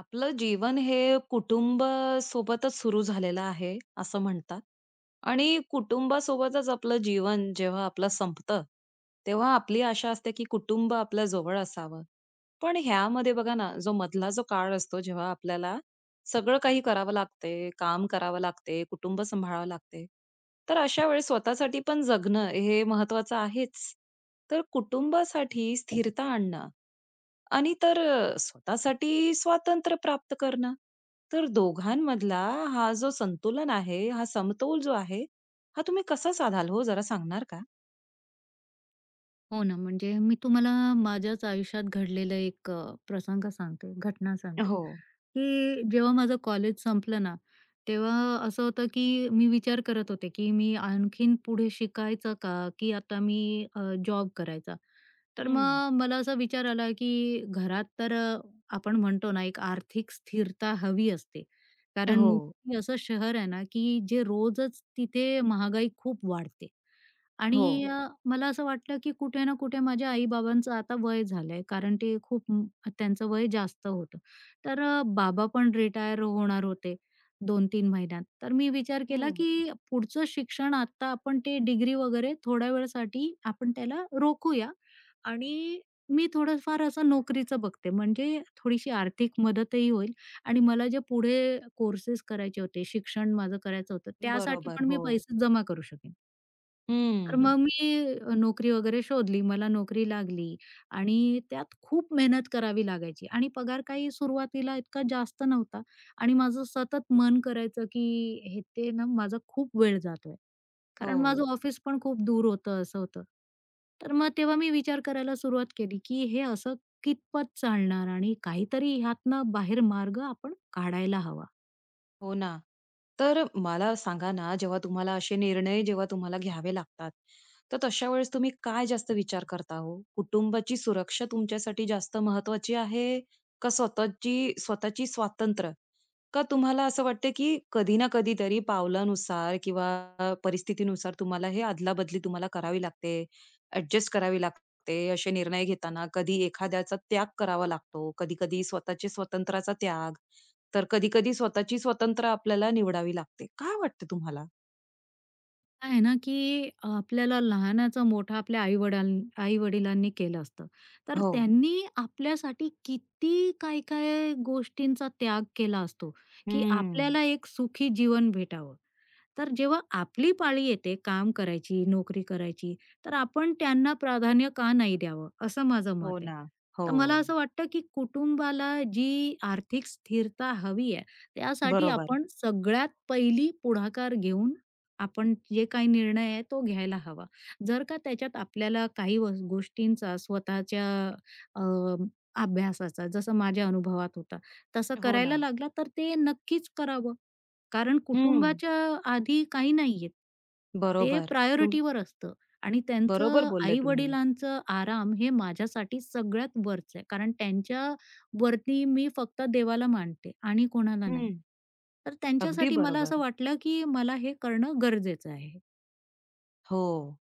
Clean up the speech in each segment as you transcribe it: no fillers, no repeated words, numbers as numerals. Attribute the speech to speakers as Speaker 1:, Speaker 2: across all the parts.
Speaker 1: आपलं जीवन हे कुटुंब सोबतच सुरू झालेलं आहे असं म्हणतात. आणि कुटुंबासोबतच आपलं जीवन जेव्हा आपलं संपतं, तेव्हा आपली आशा असते की कुटुंब आपल्या जवळ असावं. पण ह्यामध्ये बघा ना, जो मधला काळ असतो, जेव्हा आपल्याला सगळं काही करावं लागते, काम करावं लागते, कुटुंब सांभाळावं लागते, तर अशा वेळेस स्वतःसाठी पण जगणं हे महत्वाचं आहेच. तर कुटुंबासाठी स्थिरता आणणं आणि तर स्वतःसाठी स्वातंत्र्य प्राप्त करणं. तर दोघांमधला हा जो संतुलन आहे, हा समतोल जो आहे, हा तुम्ही कसा साधाल हो? जरा सांगणार का?
Speaker 2: हो ना, म्हणजे मी तुम्हाला माझ्याच आयुष्यात घडलेला एक प्रसंग सांगते, घटना सांगते,
Speaker 1: हो.
Speaker 2: की जेव्हा माझं कॉलेज संपलं ना, तेव्हा असं होतं की मी विचार करत होते, की मी आणखीन पुढे शिकायचं का? की आता मी जॉब करायचा? तर
Speaker 1: हं.
Speaker 2: मग मला असा विचार आला, की घरात तर आपण म्हणतो ना, एक आर्थिक स्थिरता हवी असते. कारण
Speaker 1: हो,
Speaker 2: मुंबई असं शहर आहे ना, की जे रोजच तिथे महागाई खूप वाढते.
Speaker 1: हो.
Speaker 2: आणि मला असं वाटलं, की कुठे ना कुठे माझ्या आई-बाबांचं आता वय झालंय, कारण ते खूप त्यांचं वय जास्त होतं. तर बाबा पण रिटायर होणार होते दोन तीन महिन्यात. तर मी विचार केला,
Speaker 1: हं.
Speaker 2: की पुढचं शिक्षण आता आपण ते डिग्री वगैरे थोड्या वेळासाठी आपण त्याला रोखूया आणि मी थोडंफार असं नोकरीचं बघते. म्हणजे थोडीशी आर्थिक मदतही होईल आणि मला जे पुढे कोर्सेस करायचे होते, शिक्षण माझं करायचं होतं, त्यासाठी
Speaker 1: बरोबर.
Speaker 2: पण मी
Speaker 1: हो.
Speaker 2: पैसे जमा करू शकेन. तर हं.
Speaker 1: हं.
Speaker 2: मग मी नोकरी वगैरे शोधली. मला नोकरी लागली आणि त्यात खूप मेहनत करावी लागायची आणि पगार काही सुरुवातीला इतका जास्त नव्हता आणि माझं सतत मन करायचं, की हे ते ना माझा खूप वेळ जातोय.
Speaker 1: हो.
Speaker 2: कारण माझं हो. ऑफिस पण खूप दूर होतं, असं होतं. तर मग तेव्हा मी विचार करायला सुरुवात केली, की हे असं कितपत चालणार आणि काहीतरी ह्यातनं बाहेर मार्ग आपण काढायला हवा.
Speaker 1: हो ना. तर मला सांगा ना, जेव्हा तुम्हाला घ्यावे लागतात, तर तशा वेळेस तुम्ही काय जास्त विचार करता हो? कुटुंबाची सुरक्षा तुमच्यासाठी जास्त महत्वाची आहे का स्वतःची स्वतःची स्वातंत्र्य? का तुम्हाला असं वाटतं, की कधी ना कधीतरी पावलानुसार किंवा परिस्थितीनुसार तुम्हाला हे अदलाबदली करावी लागते, ॲडजस्ट करावी लागते, असे निर्णय घेताना कधी एखाद्याचा त्याग करावा लागतो, कधी-कधी स्वतःच्या स्वातंत्र्याचा त्याग. तर कधी-कधी स्वतःची स्वतंत्र आपल्याला निवडावी लागते. काय वाटतं तुम्हाला?
Speaker 2: काय आहे ना, की आपल्याला लहानाचा मोठा आपल्या आई-वडिलांनी केलं असतं. तर
Speaker 1: हो.
Speaker 2: त्यांनी आपल्यासाठी किती काय-काय गोष्टींचा त्याग केला असतो, की
Speaker 1: हम्म.
Speaker 2: आपल्याला एक सुखी जीवन भेटावं. तर जेव्हा आपली पाळी येते काम करायची, नोकरी करायची, तर आपण त्यांना प्राधान्य का नाही द्यावं, असं माझं मत
Speaker 1: हो
Speaker 2: आहे.
Speaker 1: ना. हो,
Speaker 2: तर मला असं वाटतं, की कुटुंबाला जी आर्थिक स्थिरता हवी आहे, त्यासाठी
Speaker 1: बरोबर.
Speaker 2: आपण सगळ्यात पहिली पुढाकार घेऊन आपण जे काही निर्णय आहे, तो घ्यायला हवा. जर का त्याच्यात आपल्याला काही गोष्टींचा स्वतःच्या अ, अभ्यासाचा, जसं माझ्या अनुभवात होता, तसं
Speaker 1: हो
Speaker 2: करायला
Speaker 1: ना.
Speaker 2: लागला, तर ते नक्कीच करावं. कारण
Speaker 1: हं.
Speaker 2: कुटुंबाच्या आधी काही नाहीये. ते
Speaker 1: बरोबर. तुम
Speaker 2: प्रायोरिटीवर असतं आणि
Speaker 1: बरोबर
Speaker 2: त्यांचं
Speaker 1: बोलले तुम्ही.
Speaker 2: आई-वडिलांचं आराम हे माझ्यासाठी सगळ्यात वरचं आहे. कारण त्यांच्यावरती मी फक्त देवाला मानते आणि कोणाला नाही.
Speaker 1: हं.
Speaker 2: तर
Speaker 1: अगदी
Speaker 2: त्यांच्यासाठी मला
Speaker 1: बरोबर.
Speaker 2: असं वाटलं, की मला हे करणं गरजेचं आहे.
Speaker 1: हो.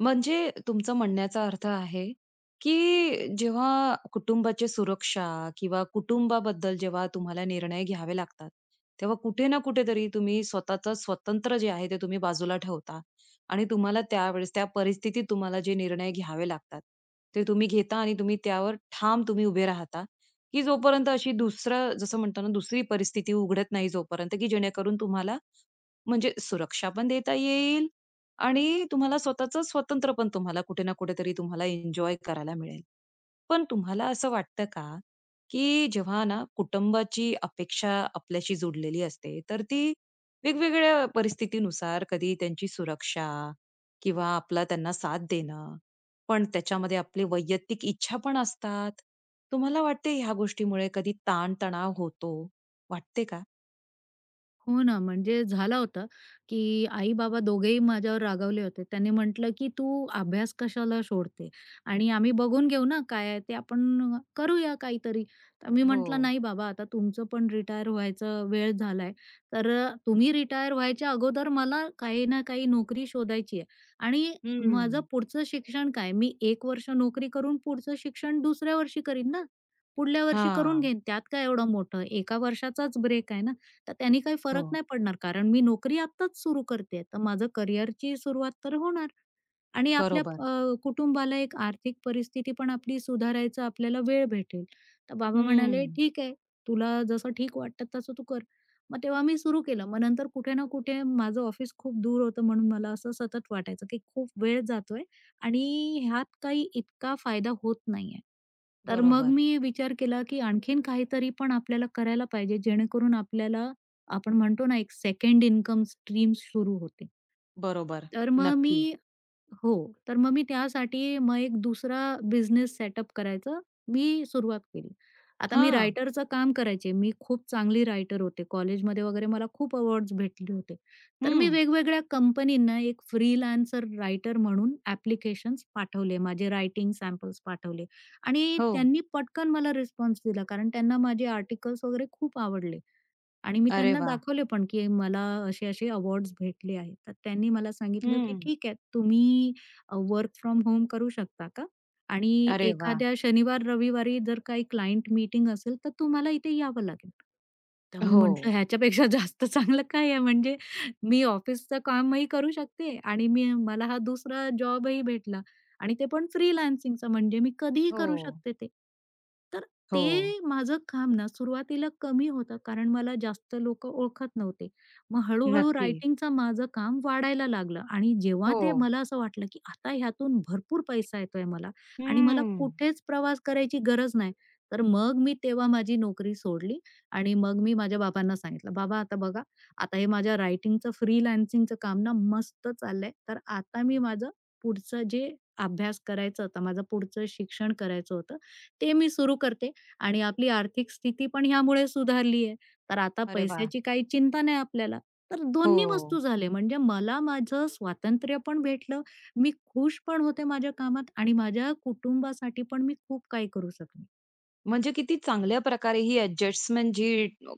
Speaker 1: म्हणजे तुमचं म्हणण्याचा अर्थ आहे, की जेव्हा कुटुंबाची सुरक्षा किंवा कुटुंबाबद्दल जेव्हा तुम्हाला निर्णय घ्यावे लागतात, तेव्हा कुठे ना कुठेतरी तुम्ही स्वतःचं स्वतंत्र जे आहे ते तुम्ही बाजूला ठेवता आणि त्यावेळेस त्या परिस्थितीत तुम्हाला जे निर्णय घ्यावे लागतात, ते तुम्ही घेता आणि तुम्ही त्यावर ठाम उभे राहता, की जोपर्यंत अशी दुसरं जसं म्हणतो ना दुसरी परिस्थिती उघडत नाही जोपर्यंत, की जेणेकरून तुम्हाला म्हणजे सुरक्षा पण देता येईल आणि तुम्हाला स्वतःचं स्वतंत्र पण कुठे ना कुठेतरी तुम्हाला एन्जॉय करायला मिळेल. पण तुम्हाला असं वाटतं का, की जेव्हा ना कुटुंबाची अपेक्षा आपल्याशी जोडलेली असते, तर ती वेगवेगळ्या परिस्थितीनुसार कधी त्यांची सुरक्षा किंवा आपला त्यांना साथ देणं, पण त्याच्यामध्ये आपली वैयक्तिक इच्छा पण असतात. तुम्हाला वाटते ह्या गोष्टीमुळे कधी ताण होतो, वाटते का?
Speaker 2: हो ना, म्हणजे झालं होता की आई-बाबा दोघेही माझ्यावर रागावले होते. त्यांनी म्हटलं, की "तू अभ्यास कशाला सोडते? आणि आम्ही बघून घेऊ ना काय आहे ते आपण करूया काहीतरी." तर मी
Speaker 1: हो.
Speaker 2: म्हटलं, "नाही बाबा, आता तुमचं पण रिटायर व्हायचा वेळ झालाय. तर तुम्ही रिटायर व्हायच्या अगोदर मला काही ना काही नोकरी शोधायची आहे. आणि माझं
Speaker 1: हं.
Speaker 2: पुढचं शिक्षण काय? मी 1 वर्ष नोकरी करून पुढचं शिक्षण दुसऱ्या वर्षी करीन ना. पुढल्या वर्षी करून
Speaker 1: हां.
Speaker 2: घेईन. त्यात काय एवढं मोठं? एका वर्षाचाच ब्रेक आहे ना." तर त्यांनी काही
Speaker 1: हो,
Speaker 2: फरक नाही पडणार कारण मी नोकरी आत्ताच सुरू करते. तर माझं करिअरची सुरुवात तर होणार. आणि आपल्या
Speaker 1: बरोबर.
Speaker 2: कुटुंबाला एक आर्थिक परिस्थिती पण आपली सुधारायचा आपल्याला वेळ भेटेल. तर बाबा
Speaker 1: हं.
Speaker 2: म्हणाले, "ठीक आहे, तुला जसं ठीक वाटतं तसं तू कर." मग तेव्हा मी सुरू केलं. मग नंतर कुठे ना कुठे माझं ऑफिस खूप दूर होतं म्हणून मला असं सतत वाटायचं, की खूप वेळ जातोय आणि ह्यात काही इतका फायदा होत नाहीये. तर मग
Speaker 1: बरोबर,
Speaker 2: मी विचार केला, की आणखीन काहीतरी पण आपल्याला करायला पाहिजे जेणेकरून आपल्याला आपण म्हणतो ना, एक सेकंड इन्कम स्ट्रीम सुरू होते.
Speaker 1: बरोबर.
Speaker 2: तर मग मी
Speaker 1: नक्की.
Speaker 2: हो. तर मग मी त्यासाठी मग एक दुसरा बिझनेस सेटअप करायचं मी सुरुवात केली. आता मी
Speaker 1: हां.
Speaker 2: रायटरचं काम करायचे. मी खूप चांगली रायटर होते. कॉलेजमध्ये वगैरे मला खूप अवॉर्ड्स भेटले होते. तर मी
Speaker 1: हं.
Speaker 2: वेगवेगळ्या कंपनींना एक फ्रीलान्सर रायटर म्हणून ॲप्लिकेशन्स पाठवले. माझे रायटिंग सॅम्पल्स पाठवले आणि
Speaker 1: हो.
Speaker 2: त्यांनी पटकन मला रिस्पॉन्स दिला कारण त्यांना माझे आर्टिकल्स वगैरे खूप आवडले. आणि मी
Speaker 1: अरे
Speaker 2: त्यांना
Speaker 1: वाह!
Speaker 2: दाखवले पण, की मला असे-असे अवॉर्ड्स भेटले आहेत. तर त्यांनी मला सांगितलं, की
Speaker 1: हं.
Speaker 2: "ठीक आहे, तुम्ही वर्क फ्रॉम होम करू शकता का? आणि
Speaker 1: अरे वाह!
Speaker 2: एखाद्या शनिवार-रविवारी जर काही क्लायंट मीटिंग असेल, तर तुम्हाला इथे यावं लागेल." तर मी म्हटलं,
Speaker 1: हो,
Speaker 2: "ह्याच्यापेक्षा जास्त चांगलं काय आहे? म्हणजे मी ऑफिसचं कामही करू शकते आणि मला हा दुसरा जॉबही भेटला." आणि ते पण फ्रीलान्सिंगचं म्हणजे मी कधीही
Speaker 1: हो,
Speaker 2: करू शकते ते. तर
Speaker 1: हो.
Speaker 2: ते माझं काम ना सुरुवातीला कमी होतं कारण मला जास्त लोकं ओळखत नव्हते. मग हळू-हळू
Speaker 1: नक्की.
Speaker 2: रायटिंगचं माझं काम वाढायला लागलं आणि जेव्हा
Speaker 1: हो.
Speaker 2: ते मला असं वाटलं, की आता ह्यातून भरपूर पैसा येतोय मला आणि मला
Speaker 1: हं.
Speaker 2: कुठेच प्रवास करायची गरज नाही. तर मग मी तेव्हा माझी नोकरी सोडली आणि मग मी माझ्या बाबांना सांगितलं, "बाबा आता बघा, आता हे माझ्या रायटिंगचं फ्रीलान्सिंगचं काम ना मस्त चाललंय. तर आता मी माझं पुढचं जे अभ्यास करायचा होता, माझं पुढचं शिक्षण करायचं होतं, ते मी सुरू करते आणि आपली आर्थिक स्थिती पण ह्यामुळे सुधारली आहे. तर आता
Speaker 1: अरे वाह!
Speaker 2: पैशाची काही चिंता नाही आपल्याला. तर
Speaker 1: हो.
Speaker 2: दोन्ही वस्तू झाले म्हणजे मला माझं स्वातंत्र्य पण भेटलं, मी खुश पण होते माझ्या कामात आणि माझ्या कुटुंबासाठी पण मी खूप काही करू शकले.
Speaker 1: म्हणजे किती चांगल्या प्रकारे ही ॲडजस्टमेंट जी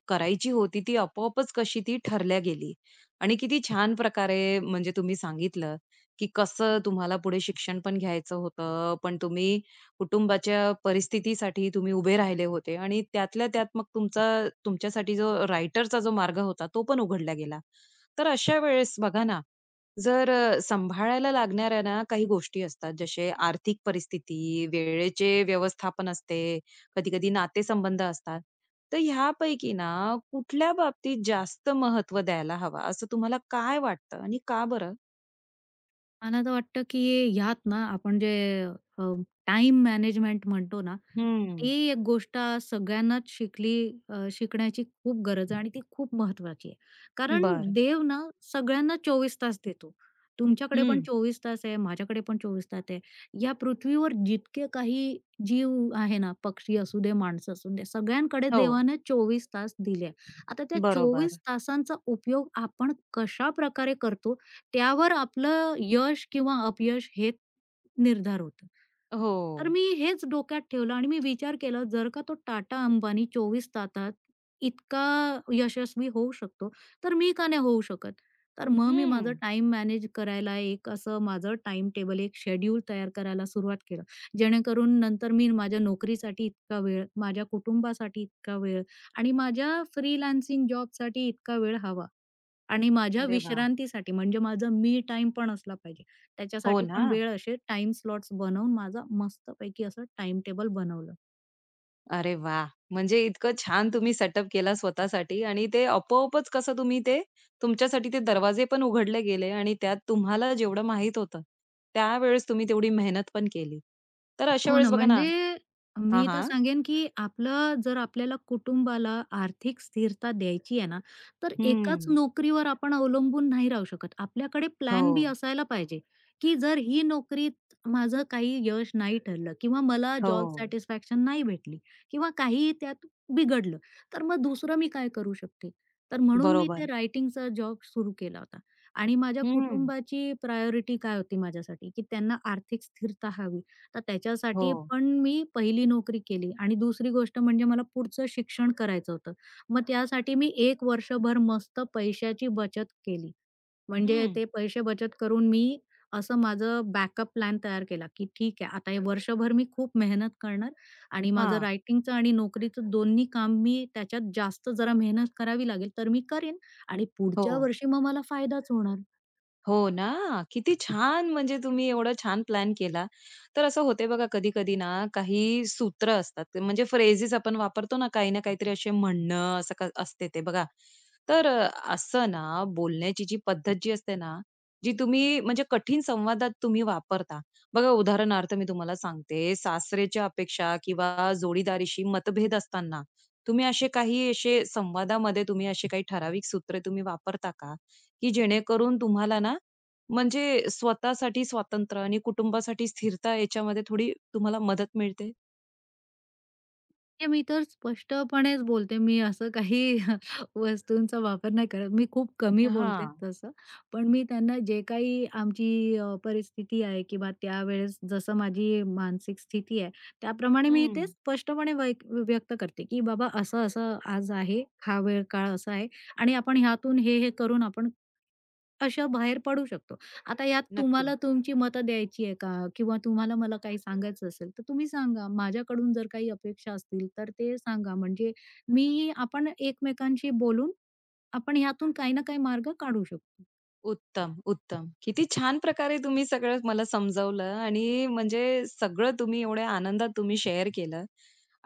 Speaker 1: करायची होती, ती आपोआपच कशी ती ठरल्या गेली. आणि किती छान प्रकारे म्हणजे तुम्ही सांगितलं, की कसं तुम्हाला पुढे शिक्षण पण घ्यायचं होतं, पण तुम्ही कुटुंबाच्या परिस्थितीसाठी तुम्ही उभे राहिले होते आणि त्यातल्या त्यात मग तुमच्यासाठी जो रायटरचा मार्ग होता, तो पण उघडला गेला. तर अशा वेळेस बघा ना, जर सांभाळायला लागणाऱ्या ना काही गोष्टी असतात, जसे आर्थिक परिस्थिती, वेळेचे व्यवस्थापन असते, कधी-कधी नातेसंबंध असतात. तर ह्यापैकी ना कुठल्या बाबतीत जास्त महत्व द्यायला हवा। असं तुम्हाला काय वाटतं आणि का बरं?
Speaker 2: मला तर वाटतं, की ह्यात ना आपण जे अ, मॅनेजमेंट म्हणतो ना
Speaker 1: हम्म.
Speaker 2: ती एक गोष्ट आज सगळ्यांनाच शिकण्याची खूप गरज आहे आणि ती खूप महत्वाची आहे. कारण
Speaker 1: बरं.
Speaker 2: देव ना सगळ्यांना 24 तास देतो. तुमच्याकडे पण
Speaker 1: हं.
Speaker 2: 24 तास आहे, माझ्याकडे पण 24 तास आहे. या पृथ्वीवर जितके काही जीव आहे ना, पक्षी असू दे, माणसं असू दे, सगळ्यांकडे
Speaker 1: हो.
Speaker 2: देवाने 24 तास दिले. आता त्या 24
Speaker 1: बरोबर.
Speaker 2: तासांचा उपयोग आपण कशाप्रकारे करतो त्यावर आपलं यश किंवा अपयश हे निर्धार होतं.
Speaker 1: हो.
Speaker 2: तर मी हेच डोक्यात ठेवलं आणि मी विचार केला, जर का तो टाटा अंबानी 24 तासात इतका यशस्वी होऊ शकतो, तर मी का नाही होऊ शकत? तर मग मी माझं
Speaker 1: हं.
Speaker 2: टाईम मॅनेज करायला एक असं माझं टाईम टेबल, एक शेड्यूल तयार करायला सुरुवात केलं. जेणेकरून नंतर मी माझ्या नोकरीसाठी इतका वेळ, माझ्या कुटुंबासाठी इतका वेळ आणि माझ्या फ्रीलान्सिंग जॉबसाठी इतका वेळ हवा. आणि माझ्या
Speaker 1: अरे वा,
Speaker 2: विश्रांतीसाठी म्हणजे माझा मी टाइम पण असला पाहिजे.
Speaker 1: हो
Speaker 2: त्याच्यासाठी
Speaker 1: ना.
Speaker 2: पण वेळ असे टाईम स्लॉट्स बनवून माझा मस्तपैकी असं टाइम टेबल बनवलं.
Speaker 1: अरे वा, म्हणजे इतकं छान तुम्ही सेटअप केला स्वतःसाठी आणि ते आपोआपच कसं तुम्ही ते तुमच्यासाठी ते दरवाजे पण उघडले गेले आणि त्यात तुम्हाला जेवढं माहीत होतं, त्यावेळेस तुम्ही तेवढी मेहनत पण केली. तर अशा
Speaker 2: हो ना,
Speaker 1: वेळेस बघा ना,
Speaker 2: म्हणजे
Speaker 1: हां,
Speaker 2: मी तर
Speaker 1: हां.
Speaker 2: सांगेन, की आपलं जर आपल्याला कुटुंबाला आर्थिक स्थिरता द्यायची आहे ना, तर एकाच
Speaker 1: हं.
Speaker 2: नोकरीवर आपण अवलंबून नाही राहू शकत. आपल्याकडे प्लॅन बी
Speaker 1: हो,
Speaker 2: असायला पाहिजे, की जर ही नोकरीत माझं काही यश नाही ठरलं किंवा मला
Speaker 1: हो.
Speaker 2: जॉब सॅटिस्फॅक्शन नाही भेटली किंवा काहीही त्यात बिघडलं, तर मग दुसरं मी काय करू शकते? तर म्हणून मी ते
Speaker 1: बरोबर.
Speaker 2: रायटिंगचा जॉब सुरू केला होता आणि माझ्या
Speaker 1: हं.
Speaker 2: कुटुंबाची प्रायोरिटी काय होती माझ्यासाठी, की त्यांना आर्थिक स्थिरता हवी तर
Speaker 1: हो.
Speaker 2: त्याच्यासाठी पण मी पहिली नोकरी केली आणि दुसरी गोष्ट म्हणजे मला पुढचं शिक्षण करायचं होतं. मग त्यासाठी मी 1 वर्षभर मस्त पैशाची बचत केली. म्हणजे
Speaker 1: हं.
Speaker 2: ते पैसे बचत करून मी असं माझं बॅकअप प्लॅन तयार केला, की ठीक आहे आता हे वर्षभर मी खूप मेहनत करणार आणि माझं
Speaker 1: हां,
Speaker 2: रायटिंगचं आणि नोकरीचं दोन्ही काम मी त्याच्यात जास्त जरा मेहनत करावी लागेल तर मी करेन आणि
Speaker 1: हो.
Speaker 2: पुढच्या वर्षी मग मला फायदाच होणार.
Speaker 1: हो ना. किती छान म्हणजे तुम्ही एवढा छान प्लॅन केला. तर असं होते बघा कधी-कधी ना काही सूत्र असतात, ते म्हणजे फ्रेजेस आपण वापरतो ना काही ना काहीतरी असे म्हणणं असं क असते ते बघा. तर असं ना बोलण्याची जी पद्धत असते ना, जी तुम्ही म्हणजे कठीण संवादात तुम्ही वापरता. बघा उदाहरणार्थ मी तुम्हाला सांगते, सासरेच्या अपेक्षा किंवा जोडीदारीशी मतभेद असताना तुम्ही असे संवादामध्ये असे काही ठराविक सूत्रे वापरता का? की जेणेकरून तुम्हाला ना म्हणजे स्वतःसाठी स्वातंत्र्य आणि कुटुंबासाठी स्थिरता याच्यामध्ये थोडी तुम्हाला मदत मिळते?
Speaker 2: ते मी तर स्पष्टपणेच बोलते. मी असं काही वस्तूंचा वापर नाही करत. मी खूप कमी बोलते
Speaker 1: हां.
Speaker 2: तसं. पण मी त्यांना जे काही आमची परिस्थिती आहे किंवा त्यावेळेस जसं माझी मानसिक स्थिती आहे, त्याप्रमाणे मी
Speaker 1: हं.
Speaker 2: ते स्पष्टपणे व्यक्त करते, की "बाबा असं-असं आज आहे, हा वेळ काळ असा आहे आणि आपण ह्यातून हे, हे करून आपण अशा बाहेर पडू शकतो." आता यात
Speaker 1: नक्की.
Speaker 2: तुम्हाला तुमची मतं द्यायची आहे का? किंवा तुम्हाला मला काही सांगायचं असेल, तर तुम्ही सांगा. माझ्याकडून जर काही अपेक्षा असतील, तर ते सांगा. म्हणजे मी आपण एकमेकांशी बोलून, आपण ह्यातून काही ना काही मार्ग काढू शकतो.
Speaker 1: उत्तम, उत्तम. किती छान प्रकारे तुम्ही सगळं मला समजावलं आणि म्हणजे सगळं तुम्ही एवढ्या आनंदात तुम्ही शेअर केलं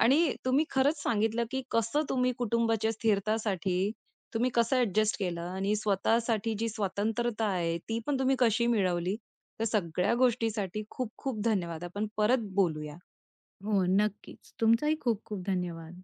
Speaker 1: आणि तुम्ही खरंच सांगितलं, की कसं तुम्ही कुटुंबाच्या स्थिरतासाठी तुम्ही कसं ॲडजस्ट केलं आणि स्वतःसाठी जी स्वतंत्रता आहे, ती पण तुम्ही कशी मिळवली. तर सगळ्या गोष्टीसाठी खूप-खूप धन्यवाद. आपण परत बोलूया.
Speaker 2: हो, नक्कीच. तुमचाही खूप खूप धन्यवाद.